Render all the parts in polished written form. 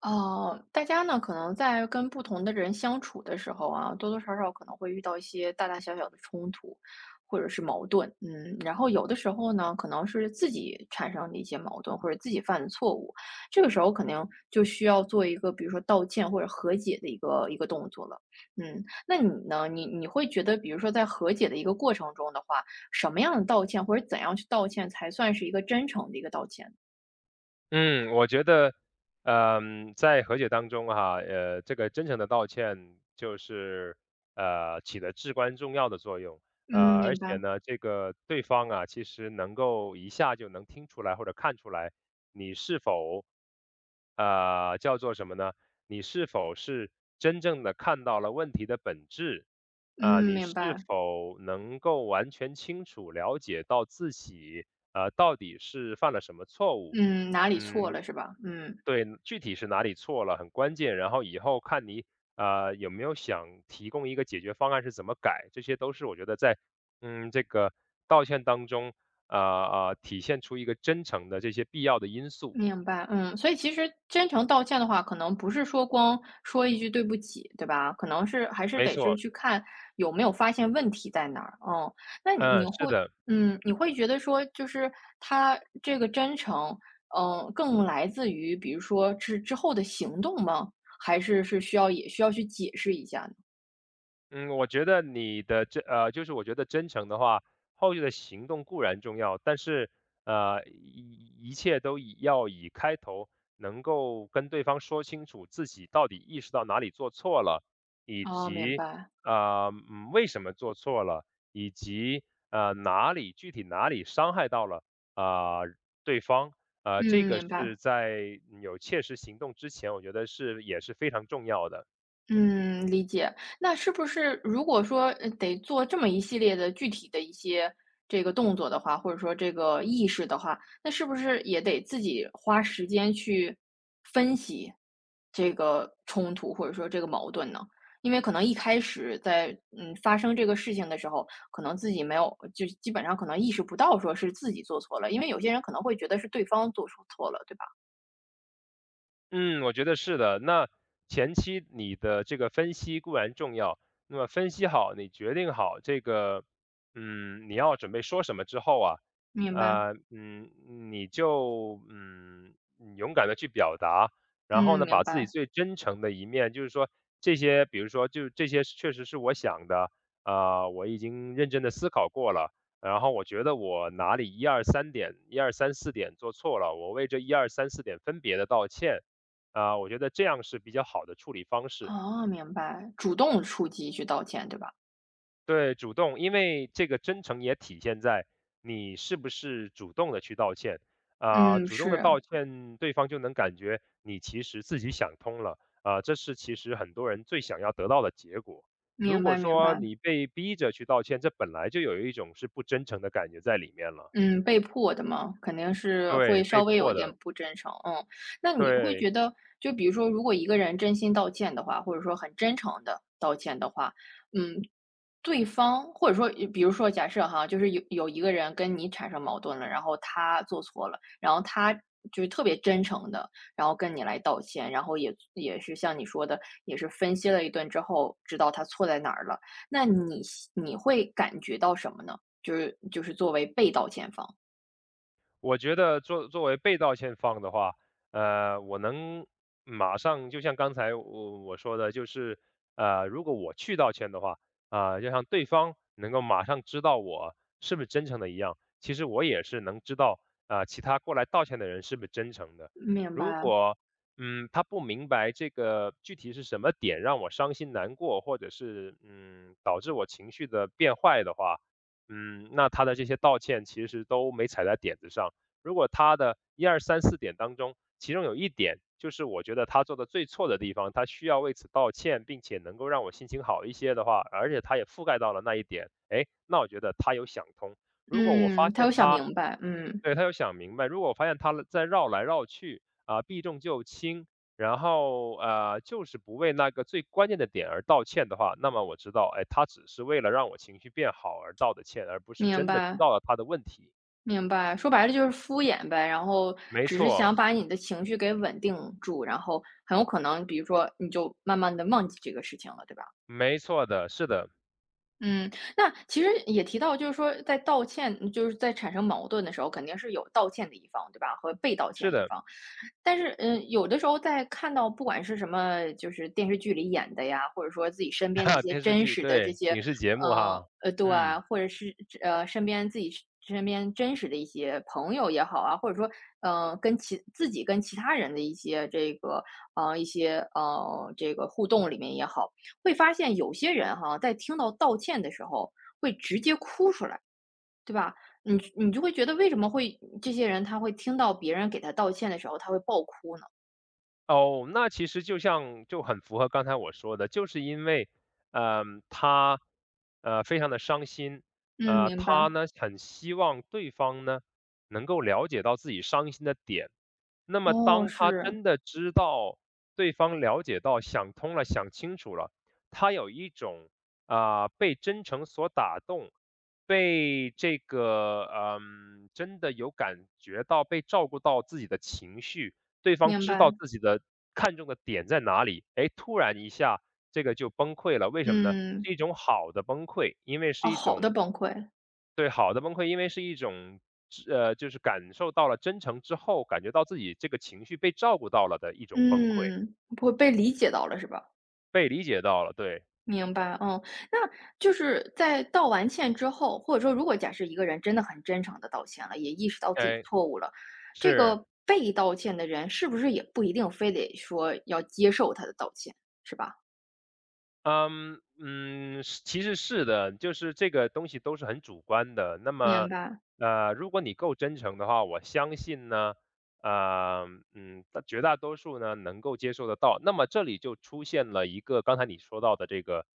哦，大家呢，可能在跟不同的人相处的时候啊，多多少少可能会遇到一些大大小小的冲突，或者是矛盾，嗯，然后有的时候呢，可能是自己产生的一些矛盾，或者自己犯的错误，这个时候肯定就需要做一个，比如说道歉或者和解的一个动作了，嗯，那你呢，你会觉得，比如说在和解的一个过程中的话，什么样的道歉或者怎样去道歉才算是一个真诚的一个道歉？嗯，我觉得，在和解当中哈，这个真诚的道歉就是起了至关重要的作用，嗯，明而且白。呢，这个对方啊，其实能够一下就能听出来或者看出来你是否，叫做什么呢？你是否是真正的看到了问题的本质啊，嗯，你明是白。否能够完全清楚了解到自己到底是犯了什么错误？嗯，哪里错嗯，了是吧？嗯，对，具体是哪里错了很关键，然后以后看你有没有想提供一个解决方案是怎么改，这些都是我觉得在这个道歉当中体现出一个真诚的这些必要的因素。明白。嗯，所以其实真诚道歉的话，可能不是说光说一句对不起，对吧？可能是还是没得是错，去看有没有发现问题在哪儿。嗯，那你嗯，是会，的。嗯，你会觉得说，就是他这个真诚，嗯，更来自于比如说之后的行动吗？还是是需要也需要去解释一下呢？嗯，我觉得你的就是我觉得真诚的话，后续的行动固然重要，但是一切都以要以开头能够跟对方说清楚自己到底意识到哪里做错了，以哦，明及白。为什么做错了，以及哪里具体哪里伤害到了啊、对方，这嗯，个明白。是在有切实行动之前，我觉得是也是非常重要的。嗯，理解。那是不是如果说，得做这么一系列的具体的一些这个动作的话，或者说这个意识的话，那是不是也得自己花时间去分析这个冲突，或者说这个矛盾呢？因为可能一开始在，嗯，发生这个事情的时候，可能自己没有就基本上可能意识不到说是自己做错了，因为有些人可能会觉得是对方做出错了，对吧？嗯，我觉得是的。那前期你的这个分析固然重要，那么分析好，你决定好这个，你要准备说什么之后啊，明白，呃，嗯，你就勇敢的去表达，然后嗯，呢，明把自己白。最真诚的一面，就是说这些，比如说，就是这些确实是我想的，啊、我已经认真的思考过了，然后我觉得我哪里一二三点、一二三四点做错了，我为这一二三四点分别的道歉。啊，我觉得这样是比较好的处理方式。哦，明白，主动出击去道歉，对吧？对，主动，因为这个真诚也体现在你是不是主动的去道歉啊、嗯，主动的是，道歉，对方就能感觉你其实自己想通了啊、这是其实很多人最想要得到的结果。如明果白明说白。你被逼着去道歉，这本来就有一种是不真诚的感觉在里面了，嗯，被迫的嘛，肯定是对，会稍被微有一迫点的，不真诚。嗯，那你会对，觉得，就比如说，如果一个人真心道歉的话，或者说很真诚的道歉的话，嗯，对方或者说比如说假设哈，就是有一个人跟你产生矛盾了，然后他做错了，然后他就是特别真诚的，然后跟你来道歉，然后也也是像你说的，也是分析了一顿之后，知道他错在哪儿了。那你会感觉到什么呢？就是作为被道歉方。我觉得作为被道歉方的话，我能马上就像刚才我说的，就是如果我去道歉的话，啊、就像对方能够马上知道我是不是真诚的一样，其实我也是能知道啊、其他过来道歉的人是不是真诚的。明如白，果他不明白这个具体是什么点让我伤心难过，或者是导致我情绪的变坏的话，那他的这些道歉其实都没踩在点子上，如果他的一二三四点当中，其中有一点就是我觉得他做的最错的地方，他需要为此道歉，并且能够让我心情好一些的话，而且他也覆盖到了那一点，哎，那我觉得他有想通。如果我发嗯，他有现想他明白，嗯，对，他有想明白，如果我发现他在绕来绕去，啊，避重就轻，然后，就是不为那个最关键的点而道歉的话，那么我知道，哎，他只是为了让我情绪变好而道的歉，而不是明真的知白。道了他的问题。明白，说白了就是敷衍呗，然后没只是错。想把你的情绪给稳定住，然后很有可能，比如说你就慢慢的忘记这个事情了，对吧？没错的，是的，嗯，那其实也提到，就是说在道歉，就是在产生矛盾的时候，肯定是有道歉的一方，对吧？和被道歉是一的，方。但是，嗯，有的时候在看到不管是什么，就是电视剧里演的呀，或者说自己身边的一 些电视真剧，实的这对，些，影视节目哈，对啊，嗯。或者是身边自己是身边真实的一些朋友也好啊，或者说，跟其自己跟其他人的一些这个，一些这个互动里面也好。会发现有些人哈，在听到道歉的时候会直接哭出来，对吧？你就会觉得为什么会这些人他会听到别人给他道歉的时候，他会爆哭呢？哦，那其实就像就很符合刚才我说的，就是因为，他，非常的伤心，嗯，明白。他呢，很希望对方呢，能够了解到自己伤心的点。那么哦，当他真是，的知道对方了解到、想通了、想清楚了，他有一种，啊，被真诚所打动，被这个，真的有感觉到被照顾到自己的情绪，对方明知道白。自己的看重的点在哪里，哎，突然一下这个就崩溃了，为什么呢？嗯，是一种好的崩溃，因为是啊，一好种的崩溃。对，好的崩溃，因为是一种就是感受到了真诚之后，感觉到自己这个情绪被照顾到了的一种崩溃，嗯，不会被理解到了是吧？被理解到了，对，明白，嗯，那就是在道完歉之后，或者说如果假设一个人真的很真诚的道歉了，也意识到自己哎，错误了，这是。个被道歉的人是不是也不一定非得说要接受他的道歉，是吧？嗯嗯，是其实是的，就是这个东西都是很主观的。那明么，白，如果你够真诚的话，我相信呢，呃，绝大多数呢能够接受得到。那么这里就出现了一个刚才你说到的这个，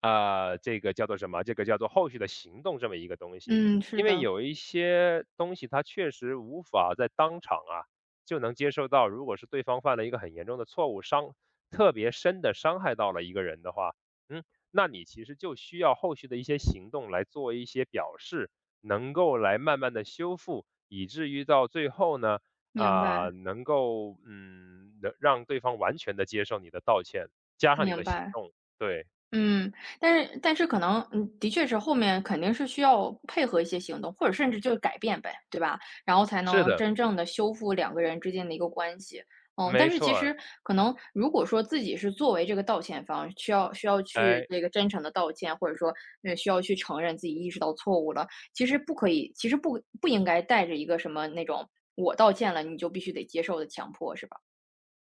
这个叫做什么？这个叫做后续的行动这么一个东西。嗯，是因为的，有一些东西它确实无法在当场啊就能接受到，如果是对方犯了一个很严重的错误，特别深的伤害到了一个人的话，嗯，那你其实就需要后续的一些行动来做一些表示，能够来慢慢的修复，以至于到最后呢，明啊，白，能够，能让对方完全的接受你的道歉，加上你明的行白。动，对，嗯，但是可能，嗯，的确是后面肯定是需要配合一些行动，或者甚至就是改变呗，对吧？然后才是能的，真正的修复两个人之间的一个关系。嗯，但没是其错儿，实可能如果说自己是作为这个道歉方，需要去哎。这个真诚的道歉，或者说，需要去承认自己意识到错误了，其实不可以，其实不应该带着一个什么那种"我道歉了，你就必须得接受"的强迫，是吧？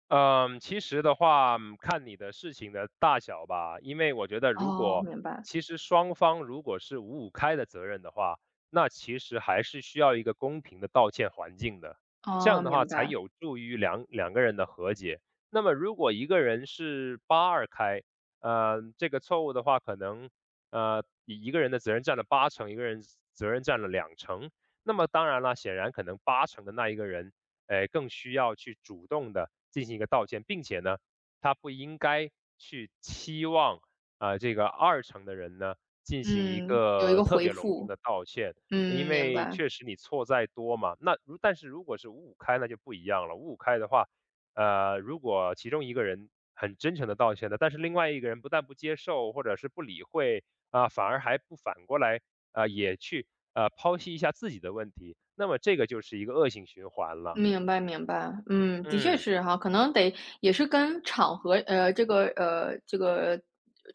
嗯，其实的话，看你的事情的大小吧，因为我觉得如哦，果明白，其实双方如果是五五开的责任的话，那其实还是需要一个公平的道歉环境的，这哦，样的话明才白，有助于两个人的和解。那么如果一个人是八二开，这个错误的话，可能呃一个人的责任占了八成，一个人责任占了两成。那么当然了，显然可能八成的那一个人更需要去主动的进行一个道歉，并且呢，他不应该去期望，啊，这个二层的人呢，进行一嗯，有一个个特回别隆重复。的道歉。因嗯，明为白，确实你错再多嘛，那如但是如果是五五开那就不一样了，五五开的话，如果其中一个人很真诚的道歉的，但是另外一个人不但不接受或者是不理会，啊，反而还不反过来，啊，也去，剖析一下自己的问题，那么这个就是一个恶性循环了。明白，明白。嗯，的确嗯，是哈，可能得也是跟场合，这个，这个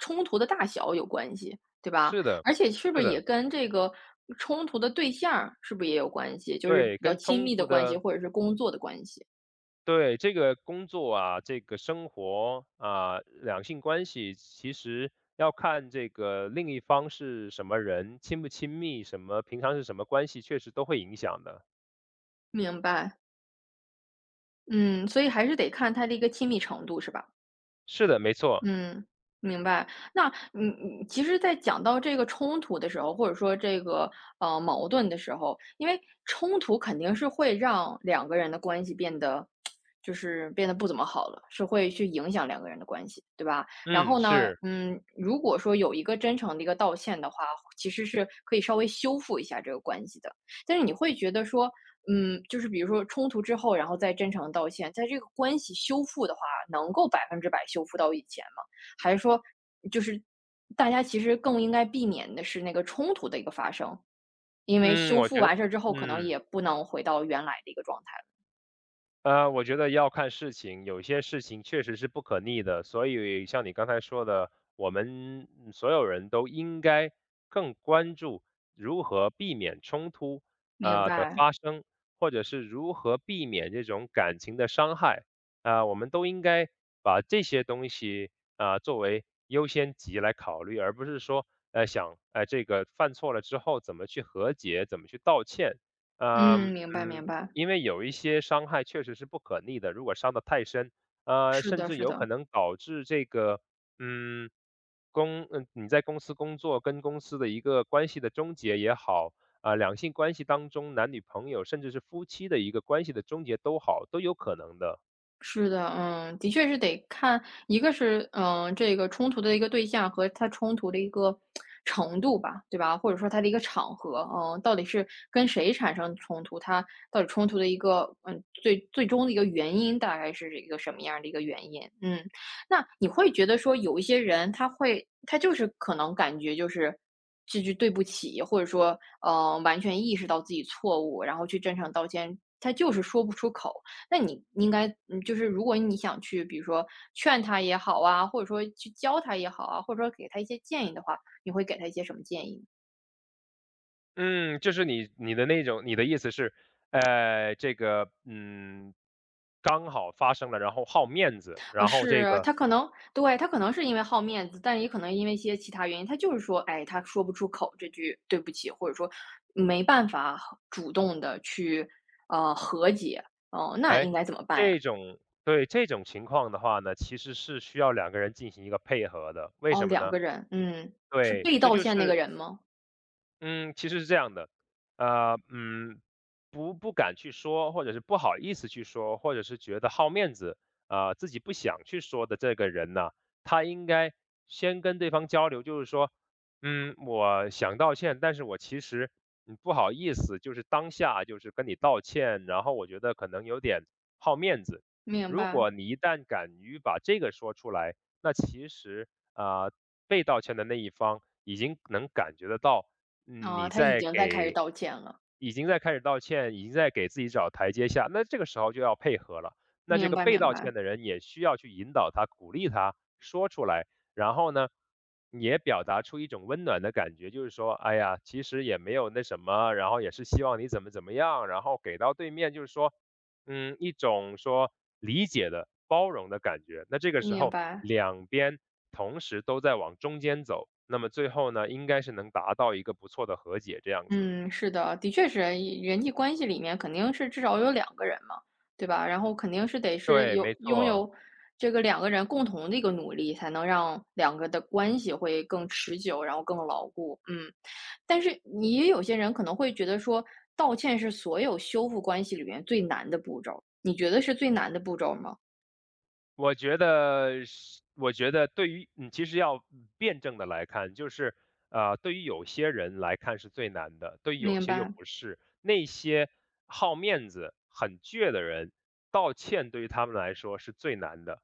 冲突的大小有关系，对吧？是的，而且是不是是也的，跟这个冲突的对象儿是不是也有关系？就是比对，较跟亲冲密的突关系，的或者是工作的关系。对，这个工作啊，这个生活啊，两性关系其实要看这个另一方是什么人，亲不亲密，什么平常是什么关系，确实都会影响的。明白，嗯，所以还是得看他的一个亲密程度，是吧？是的，没错，嗯，明白。那嗯你其实在讲到这个冲突的时候，或者说这个矛盾的时候，因为冲突肯定是会让两个人的关系变得，就是变得不怎么好了，是会去影响两个人的关系，对吧？然嗯，后呢，是，嗯，如果说有一个真诚的一个道歉的话，其实是可以稍微修复一下这个关系的。但是你会觉得说，嗯，就是比如说冲突之后，然后再真诚地道歉，在这个关系修复的话，能够百分之百修复到以前。还是说就是大家其实更应该避免的是那个冲突的一个发生？因为嗯，修我复觉得，完事儿之后，可能嗯。也不能回到原来的一个状态了。我觉得要看事情，有些事情确实是不可逆的，所以像你刚才说的，我们所有人都应该更关注如何避免冲突明啊的白，发生，或者是如何避免这种感情的伤害啊、我们都应该把这些东西啊、作为优先级来考虑，而不是说想这个犯错了之后怎么去和解，怎么去道歉，嗯，嗯明白明嗯，白，因为有一些伤害确实是不可逆的，如果伤得太深，是甚的至是有可的。能导致这个，嗯，你在公司工作跟公司的一个关系的终结也好，啊、两性关系当中男女朋友甚至是夫妻的一个关系的终结都好，都有可能的。是的，嗯，的确是得看，一个是，嗯，这个冲突的一个对象和他冲突的一个程度吧，对吧？或者说他的一个场合，嗯，到底是跟谁产生冲突，他到底冲突的一个，嗯，最终的一个原因大概是一个什么样的一个原因？嗯，那你会觉得说有一些人他会，他就是可能感觉就是这句对不起，或者说，完全意识到自己错误，然后去真诚道歉，他就是说不出口。那你应该，就是如果你想去，比如说劝他也好啊，或者说去教他也好啊，或者说给他一些建议的话，你会给他一些什么建议？嗯，就是你的那种，你的意思是，这个刚好发生了，然后好面子，然后这是个他可能对，他可能是因为好面子，但也可能因为一些其他原因，他就是说，哎，他说不出口这句对不起，或者说没办法主动的去和解，哦、那哎，应该怎么办呀？这种对，这种情况的话呢，其实是需要两个人进行一个配合的，为哦，什么两呢？个人，嗯，是对，被这道就歉那个是人吗？嗯，其实是这样的，呃，嗯，不敢去说，或者是不好意思去说，或者是觉得好面子，啊、自己不想去说的这个人呢，他应该先跟对方交流，就是说，我想道歉，但是我其实不好意思，就是当下就是跟你道歉，然后我觉得可能有点好面子。明如白，果你一旦敢于把这个说出来，那其实啊、被道歉的那一方已经能感觉得到。嗯，啊、你他已在经在开始给道歉了，已经在开始道歉，已经在给自己找台阶下，那这个时候就要配合了。那这明个白，被明道白，歉的人也需要去引导他、鼓励他说出来，然后呢，也表达出一种温暖的感觉，就是说，哎呀，其实也没有那什么，然后也是希望你怎么怎么样，然后给到对面就是说，一种说理解的、包容的感觉。那这个时明候白。两边同时都在往中间走，那么最后呢，应该是能达到一个不错的和解这样子。嗯，是的，的确是人际关系里面肯定是至少有两个人嘛，对吧？然后肯定是得是对，有没拥错。有这个两个人共同的一个努力，才能让两个的关系会更持久，然后更牢固。嗯，但是你也有些人可能会觉得说，道歉是所有修复关系里面最难的步骤，你觉得是最难的步骤吗？我觉得是，我觉得对于你，其实要辩证的来看，就是对于有些人来看是最难的，对于有明些又白，不是。那些好面子、很倔的人，道歉对于他们来说是最难的。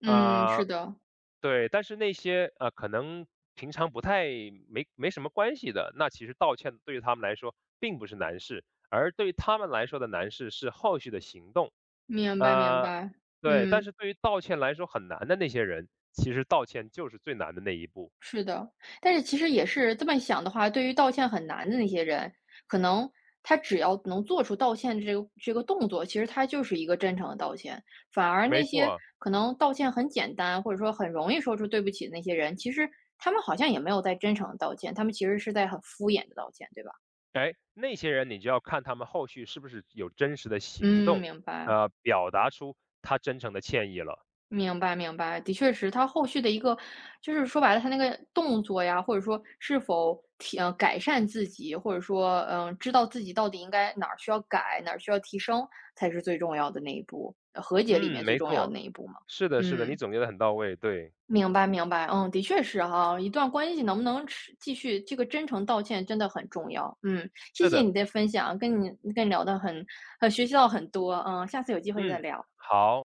嗯，啊，是的，对，但是那些，可能平常不太没什么关系的，那其实道歉对于他们来说并不是难事，而对于他们来说的难事是后续的行动。明白明呃，白，对，但嗯。是对于道歉来说很难的那些人，其实道歉就是最难的那一步。是的，但是其实也是这么想的话，对于道歉很难的那些人，可能他只要能做出道歉这个动作，其实他就是一个真诚的道歉。反而没那些错，可能道歉很简单，或者说很容易说出对不起的那些人，其实他们好像也没有在真诚的道歉，他们其实是在很敷衍的道歉，对吧？哎，那些人你就要看他们后续是不是有真实的行嗯，动，明白。表达出他真诚的歉意了。明白明白，的确是，他后续的一个就是说白了，他那个动作呀，或者说是否提，改善自己，或者说，嗯，知道自己到底应该哪儿需要改，哪儿需要提升，才是最重要的那一步，和解里嗯，面最没重要的错，那一步嘛。是的，是的，嗯，你总结的很到位，对。明白明白，嗯，的确是哈，一段关系能不能持继续，这个真诚道歉真的很重要。嗯，谢是谢的，你的分享，跟你聊的很，学习到很多，嗯，下次有机会再嗯，聊。好。